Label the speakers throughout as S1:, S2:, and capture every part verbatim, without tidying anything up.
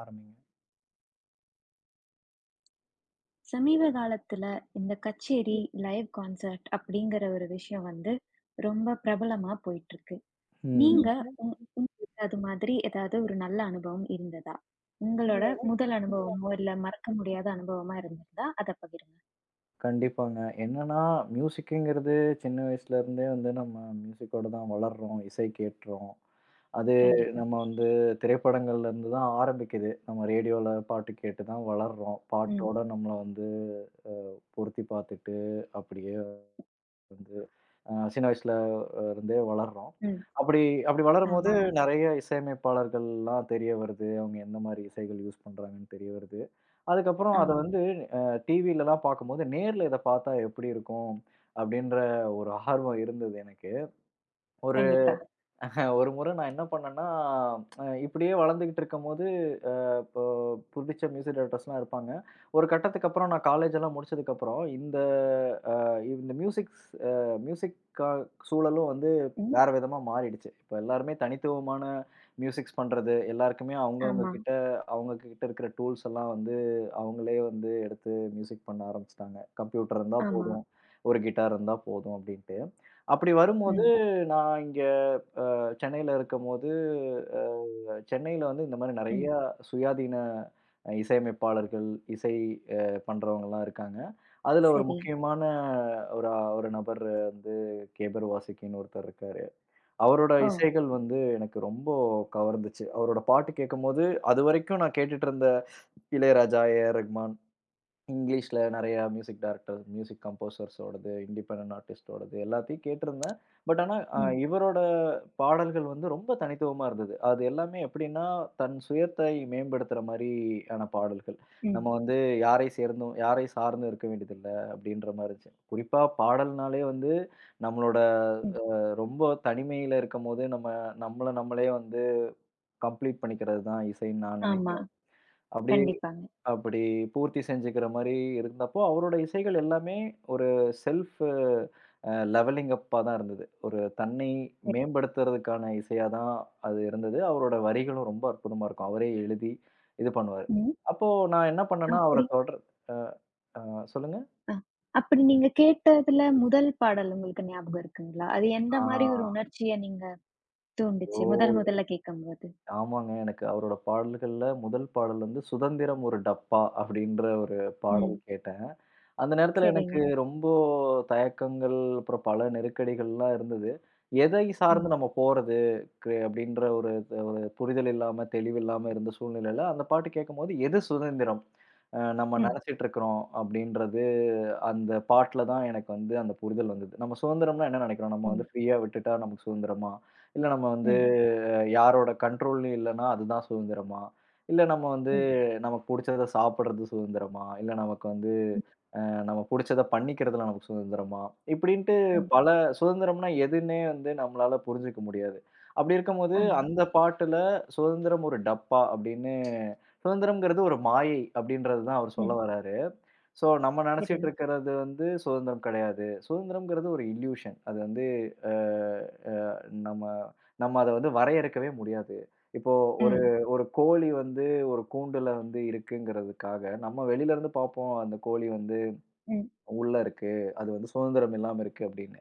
S1: ஆரம்பிங்க.
S2: சமீப காலத்துல இந்த கச்சேரி,
S1: ம்.
S2: லைவ் கான்சர்ட் அப்படிங்கிற ஒரு விஷயம் வந்து ரொம்ப பிரபலமா போயிட்டுருக்கு.
S1: ம்.
S2: நீங்க
S1: நீங்க
S2: உங் உங்களுக்கு அது மாதிரி ஏதாவது ஒரு நல்ல அனுபவம் இருந்ததா? உங்களோட
S1: உங்கள
S2: முதல்
S1: உங்கள
S2: அனுபவமோ, இல்ல மறக்க முடியாத அனுபவமா இருந்திருந்தா, அத பகிருங்க.
S1: கண்டிப்பாங்க. என்னன்னா மியூசிக்குங்கிறது சின்ன வயசுலருந்தே வந்து நம்ம மியூசிக்கோட தான் வளர்றோம். இசை கேட்றோம். அது
S2: கண்டிப்பா.
S1: நம்ம வந்து திரைப்படங்கள்லேருந்து தான் ஆரம்பிக்குது. நம்ம ரேடியோல பாட்டு கேட்டு தான் வளர்றோம்.
S2: ம்,
S1: பாட்டோட நம்மள வந்து பொருத்தி பார்த்துட்டு அப்படியே வந்து அ சின்ன வயசுல இருந்தே வளர்றோம்.
S2: ம்.
S1: அப்படி அப்படி வளரும்போது
S2: ஆமாங்க.
S1: நெறைய இசையமைப்பாளர்கள்லாம் தெரிய வருது. அவங்க எந்த மாரி இசைகள் யூஸ் பண்றாங்கன்னு தெரிய வருது. அதுக்கப்புறம் அத
S2: ஆமா.
S1: வந்து அ டிவிலலாம் பார்க்கும்போது, நேர்ல இத பார்த்தா எப்படி இருக்கும்? அப்படின்ற ஒரு ஆர்வம் இருந்தது எனக்கு. ஒரு
S2: கண்டிப்பா.
S1: ஒரு முறை நான் என்ன பண்ணேன்னா, அ இப்படியே வளர்ந்துகிட்டு இருக்கும்போது இப்போ புடிச்ச மியூசிக் டைரக்டர்ஸ்லாம் இருப்பாங்க. ஒரு கட்டத்துக்கு அப்புறம் நான் காலேஜ் எல்லாம் முடிச்சதுக்கப்புறம் இந்த அ இந்த மியூசிக்ஸ் அ மியூசிக் கா சூழலும் வந்து
S2: ம்.
S1: வேற விதமா மாறிடுச்சு. இப்ப எல்லாருமே தனித்துவமான மியூசிக்ஸ் பண்றது, எல்லாருக்குமே அவங்கவங்க
S2: ஆமா,
S1: ம். கிட்ட அவங்க கிட்ட இருக்கிற டூல்ஸ் எல்லாம் வந்து அவங்களே வந்து எடுத்து மியூசிக் பண்ண ஆரம்பிச்சுட்டாங்க. கம்ப்யூட்டர் இருந்தா
S2: ஆமா.
S1: போதும், ஒரு கிட்டார் இருந்தா போதும் அப்படின்ட்டு. அப்படி வரும்போது
S2: ம்,
S1: நான் இங்க சென்னையில இருக்கும்போது, அ சென்னையில வந்து இந்த மாரி
S2: ம்.
S1: நெறையா சுயாதீன அ இசையமைப்பாளர்கள், இசை அ பண்றவங்கலாம் இருக்காங்க. அதுல ஒரு
S2: சரி.
S1: முக்கியமான ஒரு ஒரு நபர் வந்து கேபர் வாசிக்கின்னு ஒருத்தர் இருக்காரு. அவரோட
S2: ஓ!
S1: இசைகள் வந்து எனக்கு ரொம்ப கவர்ந்துச்சு. அவரோட பாட்டு கேட்கும்போது, அதுவரைக்கும் நான் கேட்டுட்டு இருந்த இளையராஜா, ஏ ஆர் ரஹ்மான், இங்கிலீஷ்ல நெறையா மியூசிக் டைரக்டர், மியூசிக் கம்போசர்ஸோடது, இண்டிபெண்டன்ட் ஆர்டிஸ்ட்டோடது எல்லாத்தையும் கேட்டிருந்தேன். பட் ஆனா அ
S2: ம்,
S1: இவரோட பாடல்கள் வந்து ரொம்ப தனித்துவமா இருந்தது. அது எல்லாமே எப்படின்னா, தன் சுயத்தை மேம்படுத்துற மாரியான பாடல்கள்.
S2: ம்,
S1: நம்ம வந்து யாரை சேர்ந்தும் யாரை சார்ந்தும் இருக்க வேண்டியதில்ல அப்படின்ற மாரி இருந்துச்சு. குறிப்பா பாடல்னாலே வந்து நம்மளோட
S2: ம்.
S1: அ ரொம்ப தனிமையில இருக்கும்போது நம்ம நம்மள நம்மளே வந்து கம்ப்ளீட் பண்ணிக்கிறது தான் இசைன்னு நான்
S2: ஆமா.
S1: நெனைக்கிறேன். அப்படி
S2: கண்டிப்பாங்க.
S1: அப்படி பூர்த்தி செஞ்சுக்கிற மாரி இருந்தப்போ, அவரோட இசைகள் எல்லாமே ஒரு செல்ஃப் அ லெவலிங் அப்பா தான் இருந்தது. ஒரு தன்னை மேம்படுத்துறதுக்கான இசையா தான் அது இருந்தது. அவரோட வரிகளும் ரொம்ப அற்புதமா இருக்கும். அவரே எழுதி இது பண்ணுவாரு.
S2: ம்.
S1: அப்போ நான் என்ன பண்ணேன்னா, அவர
S2: அப்படி
S1: தொடர் அ, அ சொல்லுங்க?
S2: அ. அப்படி நீங்க கேட்டதுல முதல் பாடல் உங்களுக்கு ஞாபகம் இருக்குங்களா? அது எந்த
S1: ஆ,
S2: மாரி ஒரு உணர்ச்சிய நீங்க தூண்டுச்சு?
S1: ஓ!
S2: முதல் முதல்ல கேட்கும்போது?
S1: ஆமாங்க. எனக்கு அவரோட பாடல்கள்ல முதல் பாடல் வந்து "சுதந்திரம் ஒரு டப்பா" அப்படின்ற ஒரு பாடல்
S2: ம்.
S1: கேட்டேன். அந்த நேரத்துல
S2: சரிங்க.
S1: எனக்கு ரொம்ப தயக்கங்கள், அப்புறம் பல நெருக்கடிகள்லாம் இருந்தது. எதை
S2: ம்.
S1: சார்ந்து நம்ம போறது க்கு அப்படின்ற ஒரு ஒரு புரிதல் இல்லாம, தெளிவில்லாம இருந்த சூழ்நிலையில அந்த பாட்டு கேட்கும்போது, எது சுதந்திரம்? அ நம்ம
S2: ம்.
S1: நெனச்சிட்டு இருக்கிறோம் அப்படின்றது அந்த பாட்டுல தான் எனக்கு வந்து அந்த புரிதல் வந்தது. நம்ம சுதந்திரம்னா என்ன நெனைக்கிறோம்? நம்ம
S2: ம்.
S1: வந்து ஃப்ரீயா விட்டுட்டா நமக்கு சுதந்திரமா? இல்ல நம்ம வந்து
S2: ம்.
S1: யாரோட கண்ட்ரோல்லையும் இல்லன்னா, அதுதான் சுதந்திரமா? இல்ல நம்ம வந்து
S2: ம்.
S1: நமக்கு புடிச்சத சாப்பிடுறது சுதந்திரமா? இல்ல நமக்கு வந்து
S2: ம்.
S1: அ நம்ம புடிச்சத பண்ணிக்கிறதுல நமக்கு சுதந்திரமா? இப்படின்ட்டு
S2: ம்.
S1: பல சுதந்திரம்னா எதுன்னே வந்து நம்மளால புரிஞ்சுக்க முடியாது. அப்படி இருக்கும்போது,
S2: ஆமா.
S1: அந்த பாட்டுல சுதந்திரம் ஒரு டப்பா அப்படின்னு சுதந்திரம்ங்கிறது ஒரு மாயை அப்படின்றது தான் அவர் சொல்ல
S2: ம்.
S1: வராரு. ஸோ நம்ம நினச்சிட்டு
S2: சரிங்க.
S1: இருக்கிறது வந்து சுதந்திரம் கிடையாது. சுதந்திரம்ங்கிறது ஒரு இல்யூஷன். அது வந்து அ அ நம்ம நம்ம அத வந்து வரையறுக்கவே முடியாது. இப்போ ஒரு
S2: ம்.
S1: ம். ஒரு கோழி வந்து ஒரு கூண்டுல வந்து இருக்குங்கிறதுக்காக, நம்ம வெளியில இருந்து பார்ப்போம் அந்த கோழி வந்து
S2: ம்.
S1: உள்ள இருக்கு. அது வந்து சுதந்திரம் இல்லாம இருக்கு அப்படின்னு.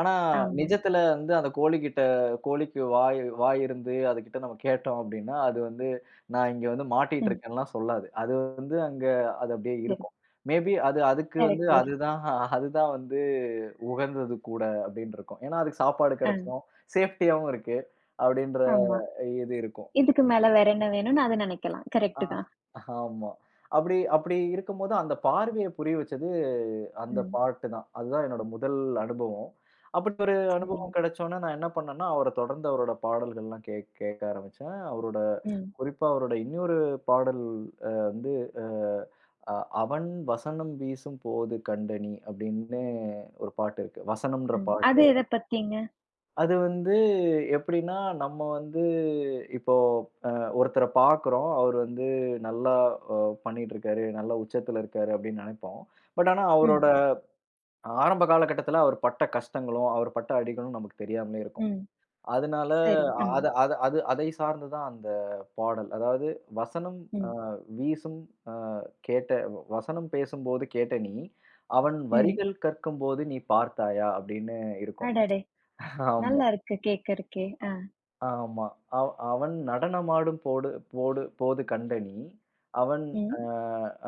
S1: ஆனா,
S2: ஆமா.
S1: நிஜத்துல வந்து அந்த கோழிகிட்ட கோழிக்கு வாய் வாய் இருந்து அதுகிட்ட நம்ம கேட்டோம் அப்படின்னா, அது வந்து நான் இங்க வந்து மாட்டிட்டு
S2: ம்.
S1: இருக்கேன்லாம் சொல்லாது. அது வந்து அங்க அது அப்படியே
S2: சரி.
S1: இருக்கும். மேபி அது அதுக்கு வந்து
S2: கரெக்ட்டு.
S1: அதுதான் அதுதான் வந்து உகந்தது கூட அப்படின்னு இருக்கும். ஏன்னா, அதுக்கு சாப்பாடு
S2: ஆ.
S1: கிடைச்சிரும். சேஃப்டியாவும் இருக்கு. அப்படின்ற
S2: ஆமா.
S1: இது இருக்கும்.
S2: இதுக்கு மேல வேற என்ன வேணும்னு அத நெனைக்கலாம்.
S1: ஆ
S2: கரெக்ட்டு தான்.
S1: ஆமா. அப்படி அப்படி இருக்கும்போது அந்த பார்வைய புரிய வச்சது அந்த
S2: ம்.
S1: பாட்டு தான். அதுதான் என்னோட முதல் அனுபவம். அப்படி ஒரு
S2: சரிங்க.
S1: அனுபவம் கிடைச்சோனே, நான் என்ன பண்ணேன்னா, அவர தொடர்ந்து அவரோட பாடல்கள்லாம் கேக் கேட்க ஆரம்பிச்சேன். அவரோட
S2: ம்.
S1: குறிப்பா அவரோட இன்னொரு பாடல் அ வந்து அ அ "அவன் வசனம் வீசும் போது கண்டனி" அப்படின்னு ஒரு பாட்டு இருக்கு. வசனம்ன்ற
S2: ம். அது
S1: பாட்டு.
S2: எத பத்திங்க?
S1: அது வந்து எப்படின்னா, நம்ம வந்து இப்போ அ ஒருத்தர பார்க்குறோம். அவரு வந்து நல்லா அ பண்ணிட்டு இருக்காரு, நல்லா உச்சத்துல இருக்காரு அப்படின்னு நெனைப்போம். பட் ஆனா
S2: ம்.
S1: அவரோட ஆரம்ப காலகட்டத்தில அவர் பட்ட கஷ்டங்களும், அவர் பட்ட அடிகளும் நமக்கு தெரியாமலே இருக்கும்.
S2: ம்.
S1: அதனால
S2: சரி. ஆமா.
S1: அது அது அது அதை சார்ந்து தான் அந்த பாடல். அதாவது வசனம் அ
S2: ம்.
S1: வீசும் அ கேட்ட வசனம் பேசும்போது கேட்ட நீ, அவன்
S2: ம்.
S1: வரிகள் கற்கும்போது நீ பார்த்தாயா அப்படின்னு இருக்கும்.
S2: அடடே!
S1: ஆமா,
S2: நல்லா இருக்கு கேட்கறக்கே. ஆ.
S1: ஆமா. அவ் அவன் நடனமாடும் போடு போடு போது கண்ட நீ, அவன்
S2: ம்.
S1: அ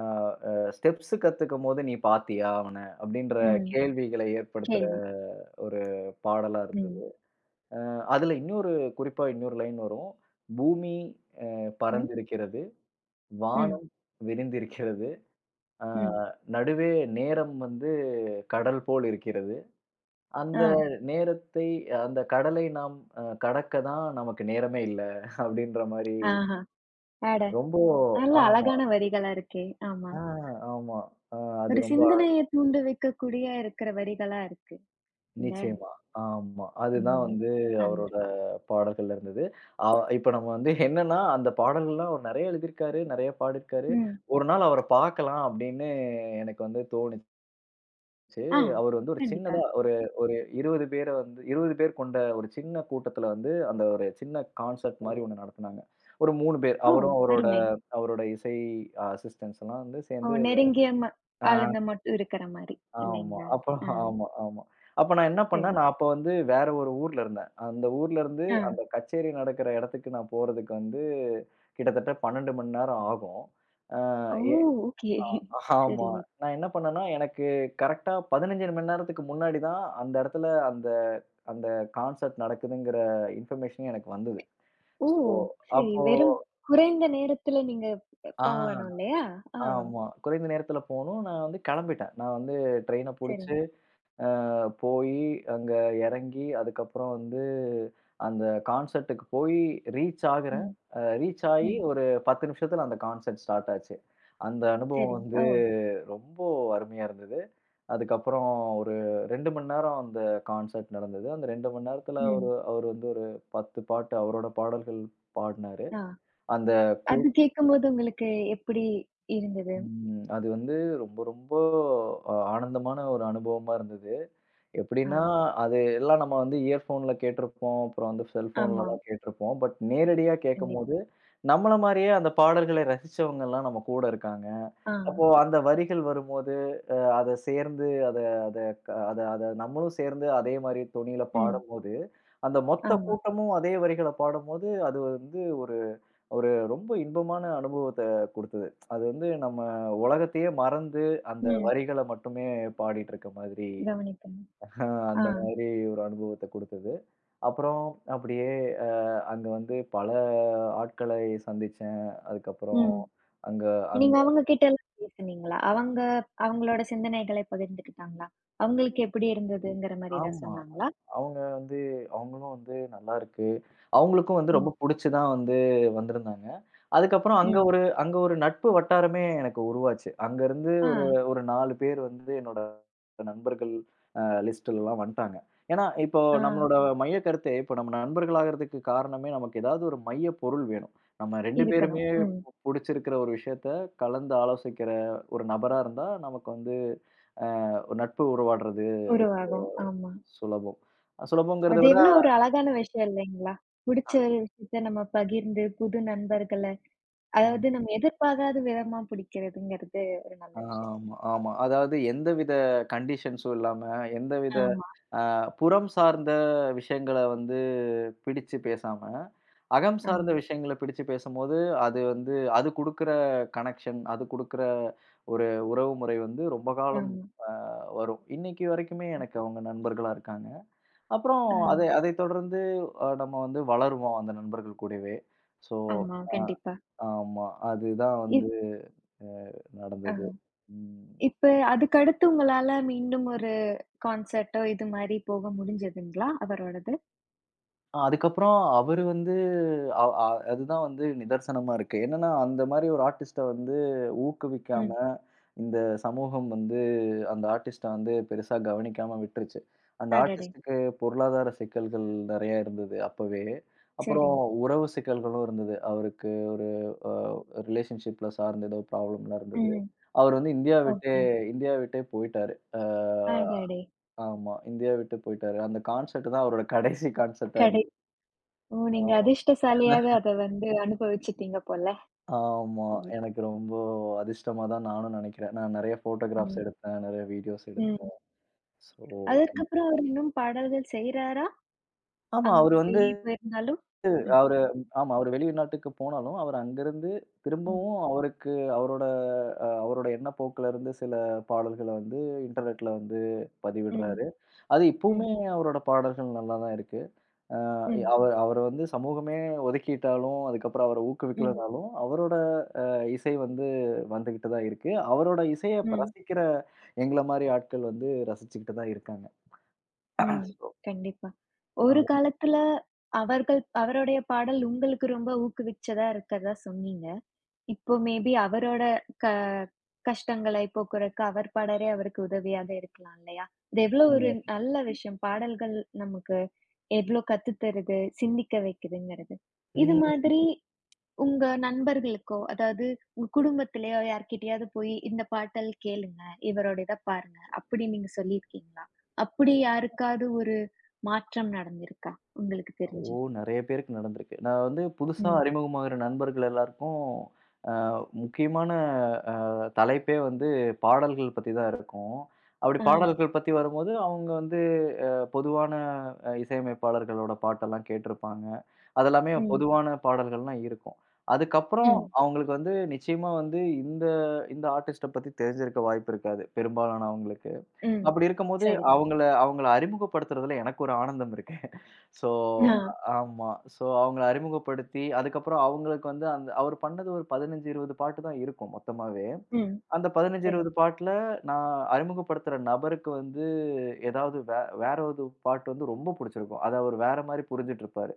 S1: அ அ ஸ்டெப்ஸ் கத்துக்கும்போது நீ பார்த்தியா அவன? அப்படின்ற
S2: ம்.
S1: கேள்விகளை ஏற்படுத்துற
S2: கேள்வி.
S1: ஒரு பாடலா
S2: ம்.
S1: இருந்தது. அ அதுல இன்னொரு குறிப்பா இன்னொரு லைன் வரும். பூமி அ
S2: ம்.
S1: பரந்திருக்கிறது.
S2: ம்.
S1: வானம் விரிந்திருக்கிறது. அ
S2: ம்.
S1: நடுவே நேரம் வந்து கடல் போல் இருக்கிறது.
S2: ஆ.
S1: அந்த நேரத்தை அந்த கடலை நாம் அ கடக்க தான் நமக்கு நேரமே இல்ல. அப்படின்ற மாரி
S2: ஆஹா! அட!
S1: ரொம்ப
S2: நல்ல
S1: ஆமா.
S2: அழகான வரிகளா இருக்கே! ஆமா.
S1: ஆ ஆமா. அ அது
S2: ஒரு
S1: ரொம்ப
S2: சிந்தனைய தூண்டு வைக்கக்கூடிய இருக்கிற வரிகளா இருக்கு. இல்ல?
S1: நிச்சயமா. ஆமா. அதுதான்
S2: ம்.
S1: வந்து
S2: நன்றி.
S1: அவரோட பாடல்கள்ல இருந்தது. அ இப்ப நம்ம வந்து என்னன்னா, அந்த பாடல்கள்லாம் அவர் நெறைய எழுதியிருக்காரு, நெறைய பாடியிருக்காரு.
S2: ம்.
S1: ஒரு நாள் அவர பார்க்கலாம் அப்படின்னு எனக்கு வந்து தோணுச்சு.
S2: ஆ.
S1: அவர் வந்து ஒரு
S2: கண்டிப்பா.
S1: சின்னதா ஒரு ஒரு இருபது பேர வந்து இருபது பேர் கொண்ட ஒரு சின்ன கூட்டத்துல வந்து, அந்த ஒரு சின்ன கான்செர்ட் மாரி ஒண்ணு நடத்துனாங்க. ஒரு மூணு பேர்.
S2: ஓ!
S1: அவரும் அவரோட
S2: அருமை.
S1: அவரோட இசை அசிஸ்டன்ட்ஸ் எல்லாம் வந்து
S2: ஓ!
S1: சேர்ந்து
S2: நெருங்கிய ம
S1: அத
S2: ஆளுங்க மட்டும் இருக்கிற மாரி.
S1: ஆமா.
S2: இல்லைங்களா?
S1: அப்ப
S2: ஆ.
S1: ஆமா, ஆமா. அப்ப நான் என்ன பண்ணேன்,
S2: சரி.
S1: நான் அப்ப வந்து வேற ஒரு ஊர்ல இருந்தேன். அந்த ஊர்ல இருந்து
S2: ஆ.
S1: அந்த கச்சேரி நடக்கிற இடத்துக்கு நான் போறதுக்கு வந்து கிட்டத்தட்ட பன்னிரண்டு மணி நேரம் ஆகும். அ
S2: ஓ!
S1: ஏ
S2: ஓகே. சரி.
S1: ஆமா. நான் என்ன பண்ணேன்னா, எனக்கு கரெக்ட்டா பதினைஞ்சு மணி நேரத்துக்கு முன்னாடி தான் அந்த இடத்துல அந்த அந்த கான்செர்ட் நடக்குதுங்கிற இன்ஃபர்மேஷனே எனக்கு வந்தது.
S2: ஓ!
S1: ஸோ,
S2: சரி.
S1: அப்போ
S2: வெறும் குறைந்த நேரத்துல நீங்க போகணும்
S1: ஆ
S2: இல்லையா? ஆ.
S1: ஆமா. குறைந்த நேரத்துல போணும். நான் வந்து கிளம்பிட்டேன். நான் வந்து ட்ரெயின
S2: சரி.
S1: புடிச்சு அ போயி அங்க இறங்கி, அதுக்கப்புறம் வந்து அந்த கான்சர்ட்டுக்கு போய் ரீச் ஆகுறேன்.
S2: ம்.
S1: அ ரீச் ஆயி
S2: ம்.
S1: ஒரு பத்து நிமிஷத்துல அந்த கான்சர்ட் ஸ்டார்ட் ஆச்சு. அந்த அனுபவம்
S2: சரி.
S1: வந்து
S2: ஓ!
S1: ரொம்ப அருமையா இருந்தது. அதுக்கப்புறம் ஒரு ரெண்டு மணி நேரம் அந்த கான்சர்ட் நடந்தது. அந்த ரெண்டு மணி நேரத்துல
S2: ம்.
S1: அவரு அவரு வந்து ஒரு பத்து பாட்டு அவரோட பாடல்கள் பாடுனாரு.
S2: ஆ.
S1: அந்த கூ
S2: அது கேட்கும்போது உங்களுக்கு எப்படி இருந்தது?
S1: ம். அது வந்து ரொம்ப ரொம்ப அ ஆனந்தமான ஒரு அனுபவமா இருந்தது.
S2: ஆ.
S1: எப்படின்னா, அது எல்லாம் நம்ம வந்து இயர்ஃபோன்ல கேட்டிருப்போம். அப்புறம் வந்து செல்ஃபோன்ல
S2: ஆமா.
S1: தான் கேட்டிருப்போம். பட் நேரடியா
S2: கண்டிப்
S1: கேட்கும்போது, நம்மள மாரியே அந்த பாடல்களை ரசிச்சவங்கலாம் நம்ம கூட இருக்காங்க.
S2: ஆ.
S1: அப்போ அந்த வரிகள் வரும்போது, அ அத சேர்ந்து அத அத க அத அத நம்மளும் சேர்ந்து அதே மாரி தொனியில
S2: ம்.
S1: பாடும்போது, அந்த மொத்த
S2: ஆமா.
S1: கூட்டமும் அதே வரிகள பாடும்போது, அது வந்து ஒரு ஒரு ரொம்ப இன்பமான அனுபவத்த குடுத்தது. அது வந்து நம்ம உலகத்தையே மறந்து அந்த
S2: ம்.
S1: வரிகள மட்டுமே பாடிட்டு இருக்க மாதிரி
S2: கவனிக்கணும்.
S1: அ
S2: ஆ.
S1: அந்த மாதிரி ஒரு அனுபவத்த குடுத்தது. அப்புறம் அப்படியே அ அங்க வந்து பல ஆட்களை சந்திச்சேன். அதுக்கப்புறம் ம்.
S2: ம்.
S1: அங்க அங்க
S2: நீங்க அவங்க கிட்டலாம் பேசுனீங்களா? அவங்க அவங்களோட சிந்தனைகளை பகிர்ந்துக்கிட்டாங்களா? அவங்களுக்கு எப்படி இருந்ததுங்கிற மாரி ஏதாவது
S1: ஆமா.
S2: சொன்னாங்களா?
S1: ஆமா. அவங்க வந்து அவங்களும் வந்து நல்லாருக்கு. அவங்களுக்கும் வந்து ரொம்ப
S2: ம்.
S1: புடிச்சு தான் வந்து வந்திருந்தாங்க. அதுக்கப்புறம் அங்க
S2: ம்.
S1: ஒரு அங்க ஒரு நட்பு வட்டாரமே எனக்கு உருவாச்சு. அங்கருந்து
S2: ஆ.
S1: ஒரு ஒரு நாலு பேர் வந்து என்னோட நண்பர்கள் அ லிஸ்ட்லலாம் வந்துட்டாங்க. ஏன்னா, இப்போ
S2: ஆ.
S1: நம்மளோட மைய கருத்தே இப்போ நம்ம நண்பர்களாகறதுக்கு காரணமே நமக்கு ஏதாவது ஒரு மைய பொருள் வேணும். நம்ம ரெண்டு
S2: இருக்கணும்.
S1: பேருமே
S2: ம்.
S1: பு புடிச்சிருக்கிற ஒரு விஷயத்த கலந்து ஆலோசிக்கிற ஒரு நபரா இருந்தா, நமக்கு வந்து அ நட்பு உருவாடுறது
S2: உருவாகும். ஆமா.
S1: சுலபம். சுலபங்கிறத
S2: அது
S1: விட
S2: எவ்வளோ ஒரு அழகான விஷயம் இல்லைங்களா? புடிச்ச ஒரு விஷயத்த நம்ம பகிர்ந்து புது நண்பர்கள அதாவது
S1: ம்.
S2: நம்ம எதிர்பாராத விதமா பிடிக்கிறதுங்கிறது ஒரு நல்ல விஷயம்.
S1: ஆமா, ஆமா. அதாவது எந்தவித கண்டிஷன்ஸும் இல்லாம, எந்தவித
S2: ஆமா.
S1: அ புறம் சார்ந்த விஷயங்கள வந்து பிடிச்சு பேசாம, அகம்
S2: ஆமா,
S1: சார்ந்த விஷயங்கள பிடிச்சு பேசும்போது, அது வந்து அது குடுக்குற கனெக்ஷன், அது குடுக்குற ஒரு உறவுமுறை வந்து ரொம்ப காலம்
S2: ஆமா.
S1: அ வரும். இன்னைக்கு வரைக்குமே எனக்கு அவங்க நண்பர்களா இருக்காங்க. அப்புறம்
S2: அ,
S1: அதை அதைத் தொடர்ந்து அ நம்ம வந்து வளருவோம் அந்த நண்பர்கள் கூடவே. ஸோ,
S2: ஆமா.
S1: அ
S2: கண்டிப்பா.
S1: ஆமா. அதுதான் வந்து
S2: இப்
S1: அ
S2: அ
S1: நடந்தது. ம்.
S2: இப்ப அதுக்கடுத்து உங்களால மீண்டும் ஒரு கான்சர்ட்டோ இது மாரி போக முடிஞ்சதுங்களா? அவரோடது?
S1: அதுக்கப்புறம் அவரு வந்து அ அ அதுதான் வந்து நிதர்சனமா இருக்கு. என்னன்னா, அந்த மாரி ஒரு ஆர்டிஸ்ட்ட வந்து ஊக்குவிக்காம,
S2: ம்.
S1: இந்த சமூகம் வந்து அந்த ஆர்டிஸ்ட்ட வந்து பெருசா கவனிக்காம விட்டுருச்சு. அந்த
S2: அடடே!
S1: ஆர்டிஸ்ட்டுக்கு பொருளாதார சிக்கல்கள் நெறையா இருந்தது அப்பவே. அப்புறம்
S2: சரிங்க.
S1: உறவு சிக்கல்களும் இருந்தது. அவருக்கு ஒரு அ ரிலேஷன்ஷிப்ல சார்ந்த ஏதோ ப்ராப்ளம்லாம் இருந்தது.
S2: ம்.
S1: அவர் வந்து இந்தியா விட்டே
S2: ஓகே.
S1: இந்தியா விட்டே போயிட்டாரு. அ
S2: அடடே!
S1: ஆமா. இந்தியா விட்டு போயிட்டாரு. அந்த கான்செர்ட் தான் அவரோட கடைசி கான்செர்ட்டா
S2: கடை
S1: இருந்தது.
S2: ஓ! நீங்க அதிர்ஷ்டசாலியாக அத வந்து அனுபவிச்சுட்டீங்க போல.
S1: ஆமா.
S2: சரி.
S1: எனக்கு ரொம்ப அதிர்ஷ்டமா தான் நானும் நெனைக்கிறேன். நான் நெறைய ஃபோட்டோகிராஃப்ஸ்
S2: ம்.
S1: எடுத்தேன். நெறைய வீடியோஸ்
S2: ம்.
S1: எடுத்தேன். ஸோ
S2: அதற்கப்புறம் அவர் இன்னும் பாடல்கள் செய்றாரா?
S1: ஆமா
S2: அங்
S1: அவரு வந்து
S2: வெளிய போயிருந்தாலும்? ம்.
S1: அவரு ஆமா அவரு வெளிநாட்டுக்கு போனாலும், அவரு அங்கிருந்து
S2: ம்.
S1: திரும்பவும் அவருக்கு அவரோட அ அவரோட எண்ணப்போக்குல இருந்து சில பாடல்கள வந்து இன்டர்நெட்ல வந்து
S2: ம்.
S1: பதிவிடுறாரு. அது
S2: ம்.
S1: இப்பவுமே அவரோட பாடல்கள் நல்லா தான் இருக்கு. அ
S2: ம்.
S1: அவ அவர வந்து சமூகமே ஒதுக்கிட்டாலும், அதுக்கப்புறம் அவர
S2: ம்,
S1: ஊக்குவிக்கலனாலும், அவரோட இசை வந்து வந்துகிட்டு தான் இருக்கு. அவரோட இசைய இப்ப
S2: ம்,
S1: ரசிக்கிற எங்கள மாரி ஆட்கள் வந்து ரசிச்சுக்கிட்டு தான் இருக்காங்க.
S2: ம்.
S1: சோ
S2: கண்டிப்பா.
S1: ஆ.
S2: ஒரு காலத்துல அவர்கள் அவருடைய பாடல் உங்களுக்கு ரொம்ப ஊக்குவிச்சதா இருக்கிறதா சொன்னீங்க. இப்போ மேபி அவரோட க கஷ்டங்களை போக்குறக்கு அவர் பாடலே அவருக்கு உதவியாக இருக்கலாம் இல்லையா? இது எவ்ளோ ஒரு
S1: ம்.
S2: நல்ல விஷயம். பாடல்கள் நமக்கு எவ்ளோ கத்து தருது, சிந்திக்க வைக்குதுங்கிறது. இது
S1: ம்.
S2: மாதிரி உங்க நண்பர்களுக்கோ, அதாவது உங்க குடும்பத்திலயோ யார்கிட்டயாவது போயி, இந்த பாடல் கேளுங்க. இவரோட இத பாருங்க. அப்படி நீங்க சொல்லியிருக்கீங்களா? அப்படி யாருக்காவது ஒரு மாற்றம் நடந்திருக்கா? உங்களுக்கு
S1: ஓ!
S2: தெரிஞ்சு?
S1: நெறைய பேருக்கு நடந்திருக்கு. நான் வந்து புதுசா
S2: ம்.
S1: அறிமுகமாகுற நண்பர்கள் எல்லாருக்கும் அ முக்கியமான அ தலைப்பே வந்து பாடல்கள் பத்தி தான் இருக்கும். அப்படி
S2: ஆ.
S1: பாடல்கள் பத்தி வரும்போது, அவங்க வந்து அ பொதுவான அ இசையமைப்பாளர்களோட பாட்டெல்லாம் கேட்டிருப்பாங்க. அதெல்லாமே
S2: ம்.
S1: பொதுவான பாடல்கள்லாம் இருக்கும். அதுக்கப்புறம் ம்.
S2: ம்.
S1: அவங்களுக்கு வந்து நிச்சயமா வந்து இந்த இந்த ஆர்டிஸ்ட்ட பத்தி தெரிஞ்சிருக்க வாய்ப்பு இருக்காது, பெரும்பாலானவங்களுக்கு. ம்.
S2: ம்.
S1: அப்படி இருக்கும்போது
S2: சரிதான்.
S1: அவங்கள அவங்கள அறிமுகப்படுத்துறதுல எனக்கு ஒரு ஆனந்தம் இருக்கு. ஸோ
S2: ஆ.
S1: ம். ஆமா. ஸோ அவங்கள அறிமுகப்படுத்தி, அதுக்கப்புறம் அவங்களுக்கு வந்து அந்த அவர் பண்ணது ஒரு பதினைஞ்சு, இருபது பாட்டு தான் இருக்கும் மொத்தமாவே.
S2: ம்.
S1: அந்த பதினைஞ்சு,
S2: சரி.
S1: இருபது பாட்டுல நான் அறிமுகப்படுத்துற நபருக்கு வந்து ஏதாவது வே வேற ஒரு பாட்டு வந்து ரொம்ப புடிச்சிருக்கும். அத அவரு வேற மாரி புரிஞ்சுட்டு இருப்பாரு.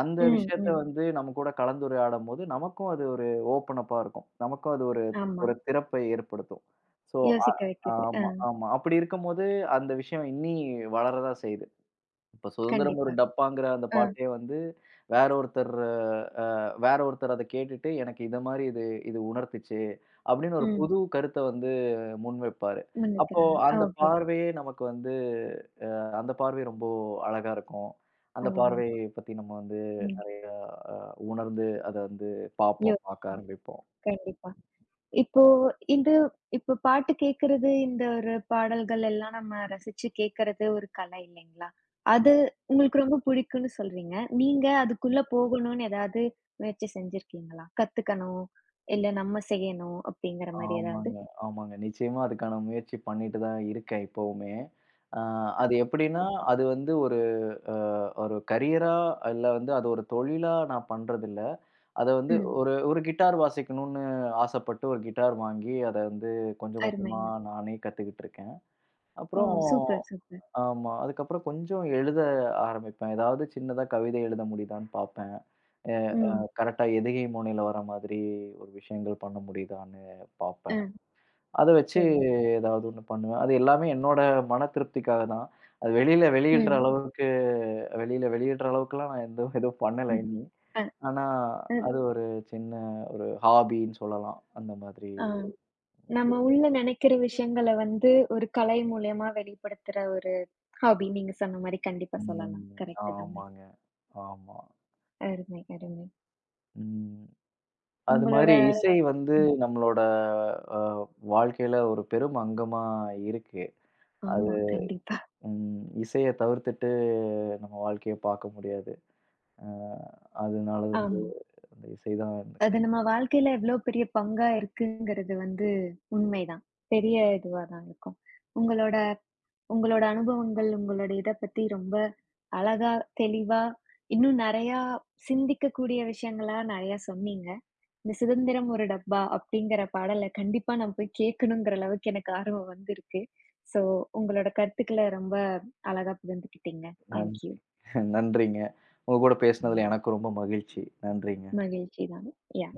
S1: அந்த ம்.
S2: ம்.
S1: விஷயத்த
S2: ம்.
S1: வந்து நம்ம கூட கலந்துரையாடும்போது, நமக்கும் அது ஒரு ஓப்பன் அப்பா இருக்கும். நமக்கும் அது ஒரு
S2: ஆமா.
S1: ஒரு திறப்பை ஏற்படுத்தும். ஸோ, அ
S2: யோசிக்க வைக்குது. ஆ.
S1: ஆமா, ஆமா. அப்படி இருக்கும்போது, அந்த விஷயம் இன்னி வளரதான் செய்யுது. இப்ப சுதந்திரம் ஒரு
S2: கண்டிப்பா.
S1: டப்பாங்கிற அந்த
S2: ஆ.
S1: பாட்டே வந்து வேற ஒருத்தர் அ வேற ஒருத்தர் அத கேட்டுட்டு, எனக்கு இத மாரி இது இது உணர்த்துச்சு. அப்படின்னு ஒரு
S2: ம்.
S1: புது கருத்த வந்து முன்வைப்பாரு.
S2: முன்
S1: அப்போ
S2: நிக்கிறாங்க.
S1: அந்த
S2: ஓகே.
S1: பார்வையே நமக்கு வந்து அ அந்த பார்வை ரொம்ப அழகா இருக்கும். அந்த
S2: அழகா
S1: பார்வைய
S2: இருக்கு.
S1: பத்தி நம்ம வந்து
S2: ம்.
S1: நெறைய அ உணர்ந்து அத வந்து
S2: யோ!
S1: பார்ப்போம், பார்க்க ஆரம்பிப்போம்.
S2: கண்டிப்பா. இப்போ இது இப்போ பாட்டு கேட்கறது, இந்த ஒரு பாடல்கள் எல்லாம் நம்ம ரசிச்சு கேட்கறது ஒரு கலை இல்லைங்களா?
S1: ம்.
S2: அது உங்களுக்கு ரொம்ப பிடிக்கும்னு சொல்றீங்க. நீங்க அதுக்குள்ள போகணும்னு ஏதாவது முயற்சி செஞ்சிருக்கீங்களா? கத்துக்கணும், இல்ல நம்ம செய்யணும் அப்படிங்கிற மாரி ஏதாவது?
S1: ஆமாங்க, ஆமாங்க. நிச்சயமா அதுக்கான முயற்சி பண்ணிட்டு தான் இருக்கேன் இப்பவுமே. அ அது எப்படின்னா, அது வந்து அ ஒரு கரியரா இல்ல வந்து அது ஒரு தொழிலா நான் பண்றதில்ல. அத வந்து
S2: ம்.
S1: ஒரு ஒரு கிட்டார் வாசிக்கணும்னு ஆசைப்பட்டு ஒரு கிட்டார் வாங்கி அத வந்து கொஞ்சம் கொஞ்சமா
S2: அருமைங்க.
S1: நானே கத்துக்கிட்டு இருக்கேன்.
S2: ஓ!
S1: அப்புறம்
S2: சூப்பர், சூப்பர்.
S1: ஆமா. அதுக்கப்புறம் கொஞ்சம் எழுத ஆரம்பிப்பேன். ஏதாவது சின்னதா கவிதை எழுத முடியுதான்னு பார்ப்பேன். அ
S2: ம்.
S1: கரெக்ட்டா எதுகை மோனையில வர மாதிரி ஒரு விஷயங்கள் பண்ண முடியுதான்னு
S2: அ.
S1: பார்ப்பேன். அத வச்சு
S2: சரிங்க.
S1: ஏதாவது ஒண்ணு பண்ணுவேன். அது எல்லாமே என்னோட மன திருப்திக்காக தான். அது வெளியில வெளியிடுற
S2: ம்.
S1: அளவுக்கு வெளியில வெளியிடுற அளவுக்குலாம் நான் எந்த எதுவும் பண்ணல
S2: ம்.
S1: இன்னும்.
S2: அ.
S1: ஆனா,
S2: அ.
S1: அது ஒரு சின்ன ஒரு ஹாபின்னு சொல்லலாம். அந்த மாதிரி
S2: ஆ. நம்ம உள்ள நெனைக்கிற விஷயங்கள வந்து ஒரு கலை மூலியமா வெளிப்படுத்துற ஒரு ஹாபி. நீங்க சொன்ன மாரி கண்டிப்பா சொல்லலாம்.
S1: ம்.
S2: கரெக்ட் தாங்க.
S1: ஆமாங்க. ஆமா.
S2: அருமை, அருமை.
S1: ம். அது
S2: உங்களோட
S1: மாதிரி இசை வந்து
S2: ம்.
S1: நம்மளோட அ வாழ்க்கையில ஒரு பெரும் அங்கமா இருக்கு. அது
S2: ஆமா. கண்டிப்பா.
S1: ம். இசைய தவிர்த்துட்டு நம்ம வாழ்க்கைய பார்க்க முடியாது. அ அதனால வந்து
S2: ஆமா.
S1: அந்த இசை தான்.
S2: அது நம்ம வாழ்க்கையில எவ்ளோ பெரிய பங்கா இருக்குங்கிறது வந்து உண்மைதான். பெரிய இதுவா தான் இருக்கும். உங்களோட உங்களோட அனுபவங்கள், உங்களோட இத பத்தி ரொம்ப அழகா, தெளிவா, இன்னும் நெறையா சிந்திக்கக்கூடிய விஷயங்களா நெறையா சொன்னீங்க. இந்த "சுதந்திரம் ஒரு டப்பா" அப்படிங்கிற பாடல கண்டிப்பா நான் போய் கேட்கணுங்கிற அளவுக்கு எனக்கு ஆர்வம் வந்திருக்கு. ஸோ உங்களோட கருத்துக்கள ரொம்ப அழகா பகிர்ந்துக்கிட்டீங்க.
S1: நன்
S2: தேங்க் யூ.
S1: நன்றிங்க. உங்க கூட
S2: ம்.
S1: பேசினதுல எனக்கும் ரொம்ப மகிழ்ச்சி. நன்றிங்க.
S2: மகிழ்ச்சி தான். யா.